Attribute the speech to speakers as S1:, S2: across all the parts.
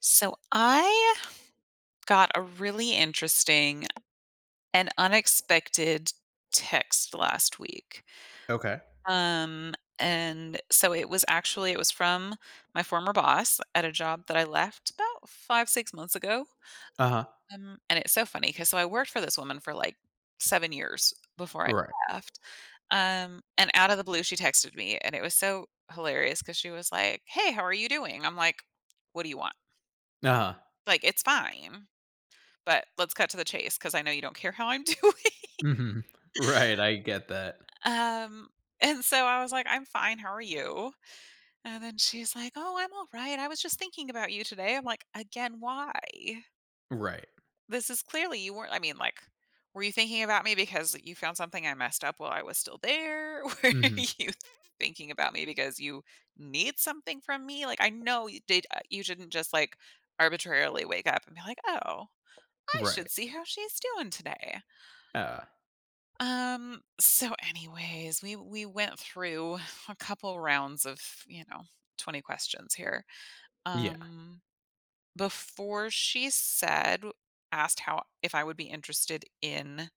S1: So I got a really interesting and unexpected text last week.
S2: Okay.
S1: Um and so it was from my former boss at a job that I left about 5 6 months ago.
S2: Uh-huh.
S1: And it's so funny cuz so I worked for this woman for like 7 years before I
S2: Right.
S1: left. And out of the blue she texted me and it was so hilarious cuz she was like, "Hey, how are you doing?" I'm like, "What do you want?"
S2: Uh-huh.
S1: Like, "It's fine. But let's cut to the chase, because I know you don't care how I'm doing."
S2: Mhm. Right, I get that.
S1: Um, and so I was like, "I'm fine, how are you?" And then she's like, "Oh, I'm all right. I was just thinking about you today." I'm like, "Again, why?
S2: Right.
S1: This is clearly you weren't were you thinking about me because you found something I messed up while I was still there? Were
S2: Mhm.
S1: you thinking about me because you need something from me? Like, I know you did you didn't just, like, arbitrarily wake up and be like, 'Oh, I
S2: Right.
S1: should see how she's doing today.'"
S2: Uh,
S1: So anyways, we went through a couple rounds of, you know, 20 questions here.
S2: yeah.
S1: Um, Before she said asked how if I would be interested in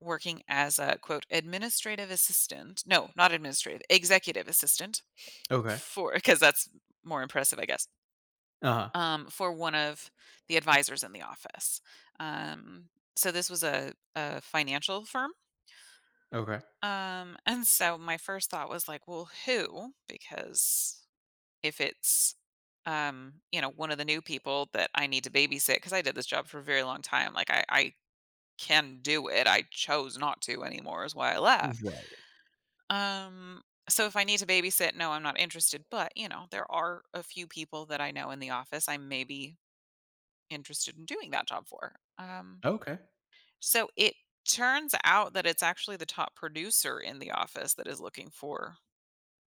S1: working as a quote administrative assistant. No, not administrative, executive assistant
S2: Okay.
S1: for, because that's more impressive, I guess.
S2: Uh-huh.
S1: For one of the advisors in the office. Um, so this was a financial firm.
S2: Okay.
S1: And so my first thought was like, well, who? Because if it's, you know, one of the new people that I need to babysit, because I did this job for a very long time. Like I can do it. I chose not to anymore is why I left.
S2: Right.
S1: Um, so if I need to babysit, no, I'm not interested. But, you know, there are a few people that I know in the office I may be interested in doing that job for.
S2: Okay.
S1: So it turns out that it's actually the top producer in the office that is looking for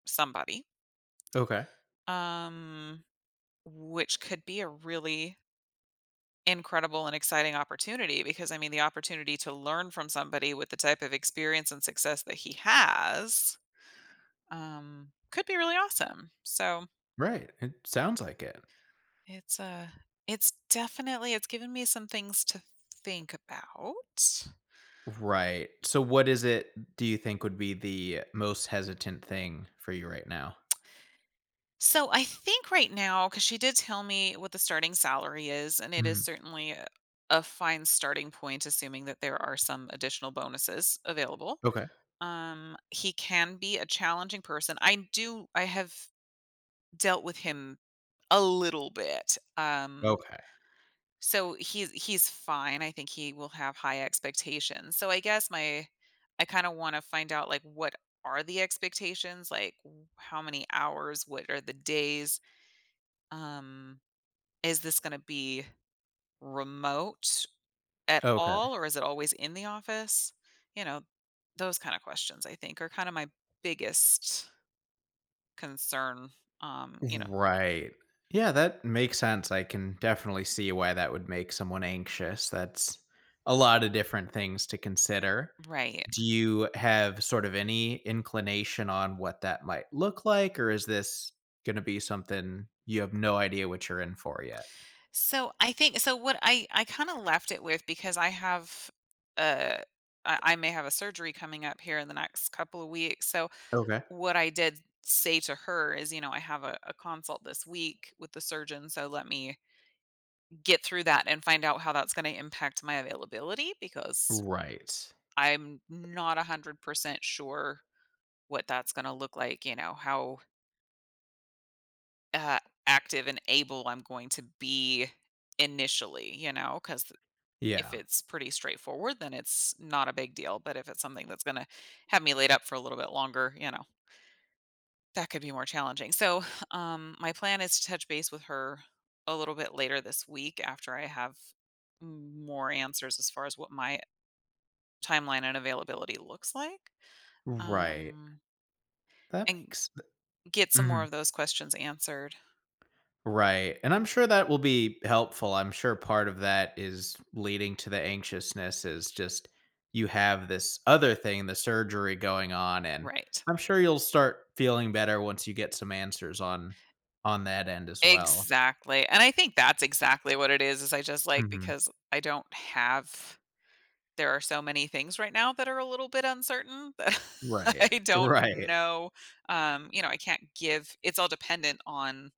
S1: somebody,
S2: Okay.
S1: um, which could be a really incredible and exciting opportunity because I mean, the opportunity to learn from somebody with the type of experience and success that he has could be really awesome. So
S2: Right. It sounds like it.
S1: it's uh, it's definitely it's given me some things to think about.
S2: Right. So what is it do you think would be the most hesitant thing for you right now?
S1: So I think right now, because she did tell me what the starting salary is, and it is
S2: Mhm.
S1: certainly a fine starting point, assuming that there are some additional bonuses available.
S2: Okay.
S1: He can be a challenging person. I have dealt with him a little bit.
S2: Okay.
S1: So he's fine. I think he will have high expectations. So I guess my I kind of want to find out like what are the expectations? Like how many hours? What are the days? Um, is this going to be remote at
S2: Okay.
S1: all or is it always in the office? You know, those kind of questions I think are kind of my biggest concern, um, you know
S2: Right. Yeah, that makes sense. I can definitely see why that would make someone anxious. That's a lot of different things to consider.
S1: Right.
S2: Do you have sort of any inclination on what that might look like, or is this going to be something you have no idea what you're in for yet?
S1: So, I think so what I kinda left it with because I have, uh I may have a surgery coming up here in the next couple of weeks, so
S2: Okay.
S1: what I did say to her is, you know, "I have a consult this week with the surgeon, so let me get through that and find out how that's gonna impact my availability because
S2: Right.
S1: I'm not 100% sure what that's gonna look like," you know, how uh, active and able I'm going to be initially, you know, because if
S2: Yeah.
S1: it's pretty straightforward, then it's not a big deal. But if it's something that's going to have me laid up for a little bit longer, you know, that could be more challenging. So, my plan is to touch base with her a little bit later this week after I have more answers as far as what my timeline and availability looks like,
S2: Right.
S1: um,
S2: That
S1: and
S2: makes
S1: get some more
S2: mhm.
S1: of those questions answered.
S2: Right. And I'm sure that will be helpful. I'm sure part of that is leading to the anxiousness is just you have this other thing, the surgery going on, and
S1: Right.
S2: I'm sure you'll start feeling better once you get some answers on that end as well.
S1: Exactly, and I think that's exactly what it is I just, like
S2: Hmm.
S1: because I don't have there are so many things right now that are a little bit uncertain that
S2: Right.
S1: I don't
S2: Right.
S1: know, you know, I can't give it's all dependent on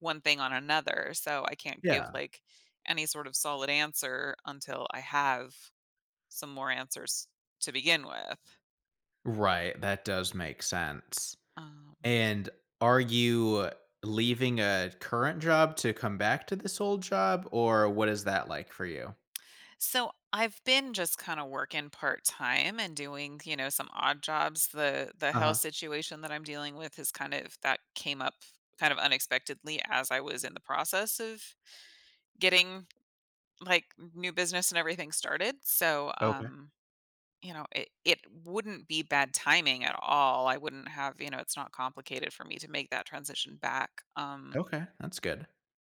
S1: one thing on another, so I can't give,
S2: Yeah.
S1: like, any sort of solid answer until I have some more answers to begin with.
S2: Right. That does make sense.
S1: um
S2: And are you leaving a current job to come back to this old job, or what is that like for you?
S1: So I've been just kind of working part time and doing, you know, some odd jobs. The health
S2: Uh-huh.
S1: situation that I'm dealing with is kind of that came up kind of unexpectedly as I was in the process of getting like new business and everything started. So you know, it wouldn't be bad timing at all. I wouldn't have, you know, it's not complicated for me to make that transition back.
S2: Okay, that's good.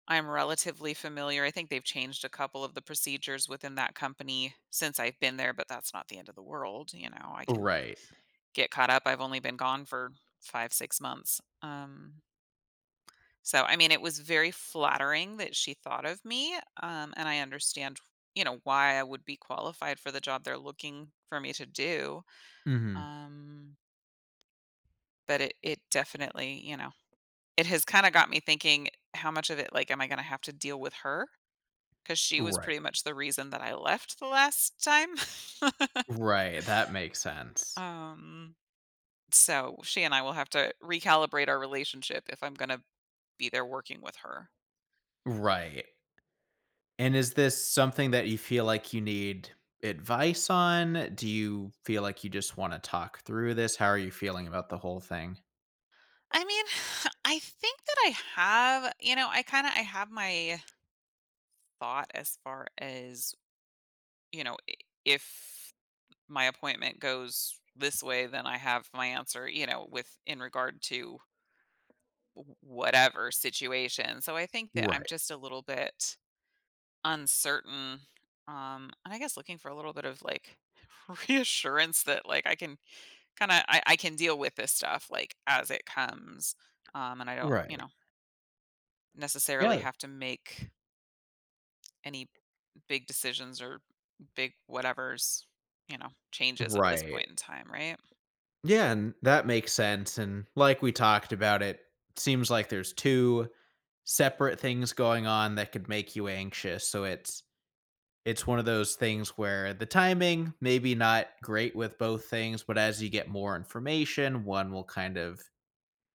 S1: I'm relatively familiar. I think they've changed a couple of the procedures within that company since I've been there, but that's not the end of the world, you know, I can
S2: Right.
S1: get caught up. I've only been gone for 5, 6 months. So, I mean, it was very flattering that she thought of me, and I understand, you know, why I would be qualified for the job they're looking for me to do.
S2: Mhm.
S1: Um, but it definitely, you know, it has kinda got me thinking, how much of it, like, am I gonna have to deal with her? 'Cause she was
S2: Right.
S1: pretty much the reason that I left the last time.
S2: Right, that makes sense.
S1: Um, so she and I will have to recalibrate our relationship if I'm gonna be there working with her.
S2: Right. And is this something that you feel like you need advice on? Do you feel like you just wanna talk through this? How are you feeling about the whole thing?
S1: I mean, I think that I have, you know, I kinda I have my thought as far as, you know, I if my appointment goes this way, then I have my answer, you know, with in regard to whatever situation. So I think that I'm
S2: Right.
S1: just a little bit uncertain. And I guess looking for a little bit of like reassurance that like I can kind of I can deal with this stuff like as it comes. And I don't, you
S2: Right.
S1: know, necessarily
S2: Yeah.
S1: have to make any big decisions or big whatever's, you know, changes at this
S2: Right.
S1: point in time, right?
S2: Yeah, and that makes sense, and like we talked about, it seems like there's 2 separate things going on that could make you anxious, so it's one of those things where the timing maybe not great with both things, but as you get more information, one will kind of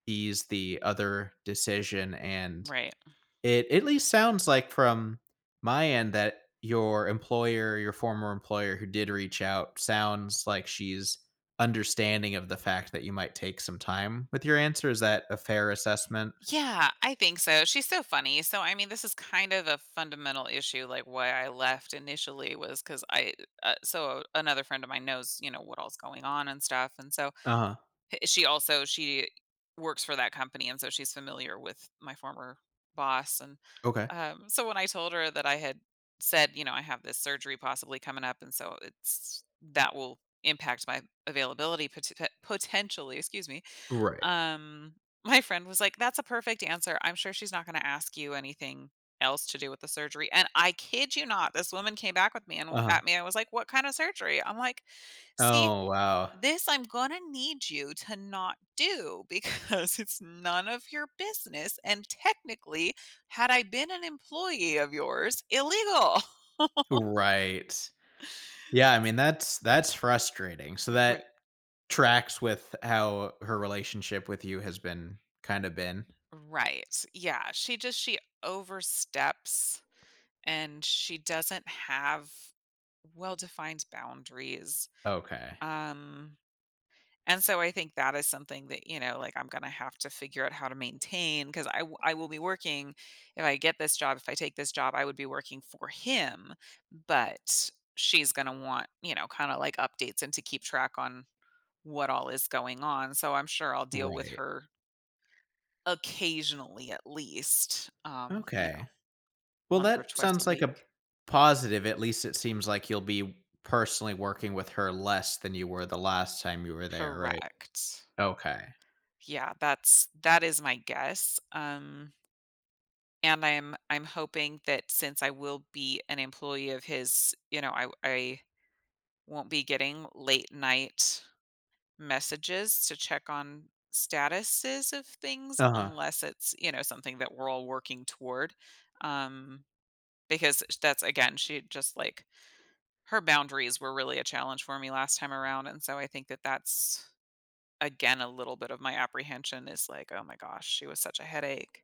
S2: ease the other decision. And
S1: Right.
S2: it at least sounds like from my end that your employer, your former employer who did reach out, sounds like she's understanding of the fact that you might take some time with your answer. Is that a fair assessment?
S1: Yeah, I think so. She's so funny. So I mean, this is kind of a fundamental issue like why I left initially was cuz I so another friend of mine knows, you know, what all's going on and stuff. And so
S2: Uh huh.
S1: she also she works for that company and so she's familiar with my former boss. And
S2: Okay.
S1: So when I told her that I had said, you know, I have this surgery possibly coming up and so it's that will impact my availability potentially, excuse me,
S2: Right.
S1: um, my friend was like, "That's a perfect answer. I'm sure she's not gonna ask you anything else to do with the surgery." And I kid you not, this woman came back with me and w
S2: Uh huh.
S1: at me I was like, "What kind of surgery?" I'm like, "See,
S2: Oh, wow.
S1: this I'm gonna need you to not do because it's none of your business, and technically, had I been an employee of yours, illegal."
S2: Right. Yeah, I mean that's frustrating. So that
S1: Right.
S2: tracks with how her relationship with you has been kind of been.
S1: Right. Yeah, she just she oversteps and she doesn't have well-defined boundaries.
S2: Okay.
S1: Um, and so I think that is something that, you know, like I'm gonna have to figure out how to maintain because I will be working if I get this job, if I take this job, I would be working for him, but she's gonna want, you know, kind of like updates and to keep track on what all is going on. So I'm sure I'll deal with
S2: Right.
S1: her occasionally at least, you know,
S2: Okay. Well,
S1: once or
S2: that
S1: twice a
S2: sounds like a
S1: week.
S2: positive. At least it seems like you'll be personally working with her less than you were the last time you were there, right?
S1: Correct.
S2: Okay.
S1: Yeah, that's that is my guess, and I'm hoping that since I will be an employee of his, you know, I won't be getting late night messages to check on statuses of things
S2: Uh-huh.
S1: unless it's, you know, something that we're all working toward, um, because that's again, she just, like her boundaries were really a challenge for me last time around, and so I think that that's, again, a little bit of my apprehension is like, "Oh my gosh, she was such a headache."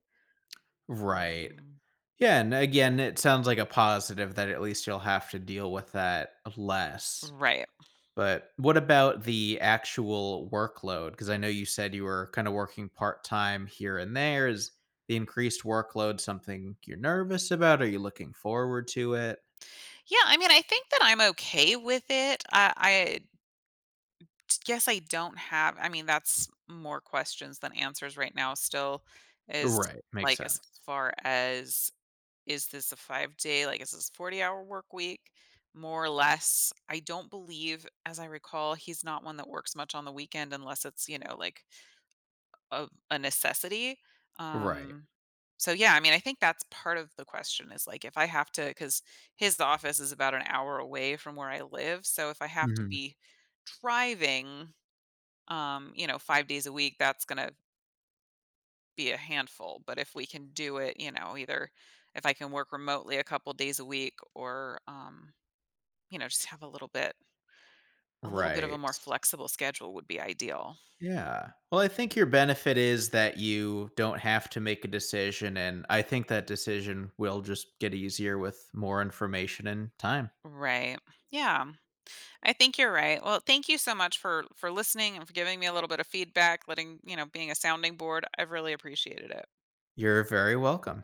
S2: Right.
S1: Mm,
S2: Yeah, and again, it sounds like a positive that at least you'll have to deal with that less.
S1: Right.
S2: But what about the actual workload? Because I know you said you were kind of working part time here and there. Is the increased workload something you're nervous about? Are you looking forward to it?
S1: Yeah, I mean, I think that I'm okay with it. I guess I don't have, I mean, that's more questions than answers right now, still, is
S2: Right. Makes
S1: like as
S2: sense.
S1: far as is this a 5 day, like, is this 40-hour work week? More or less. I don't believe, as I recall, he's not one that works much on the weekend unless it's, you know, like of a necessity.
S2: Right.
S1: Um, so yeah, I mean, I think that's part of the question is like if I have to, because his office is about an hour away from where I live. So if I have to
S2: Mhm.
S1: be driving, you know, 5 days a week, that's going to be a handful. But if we can do it, you know, either if I can work remotely a couple days a week or, you know, just have a little bit of a
S2: Right.
S1: more flexible schedule would be ideal.
S2: Yeah. Well, I think your benefit is that you don't have to make a decision. And I think that decision will just get easier with more information and time.
S1: Right. Yeah. I think you're right. Well, thank you so much for listening and for giving me a little bit of feedback, letting, you know, being a sounding board. I've really appreciated it.
S2: You're very welcome.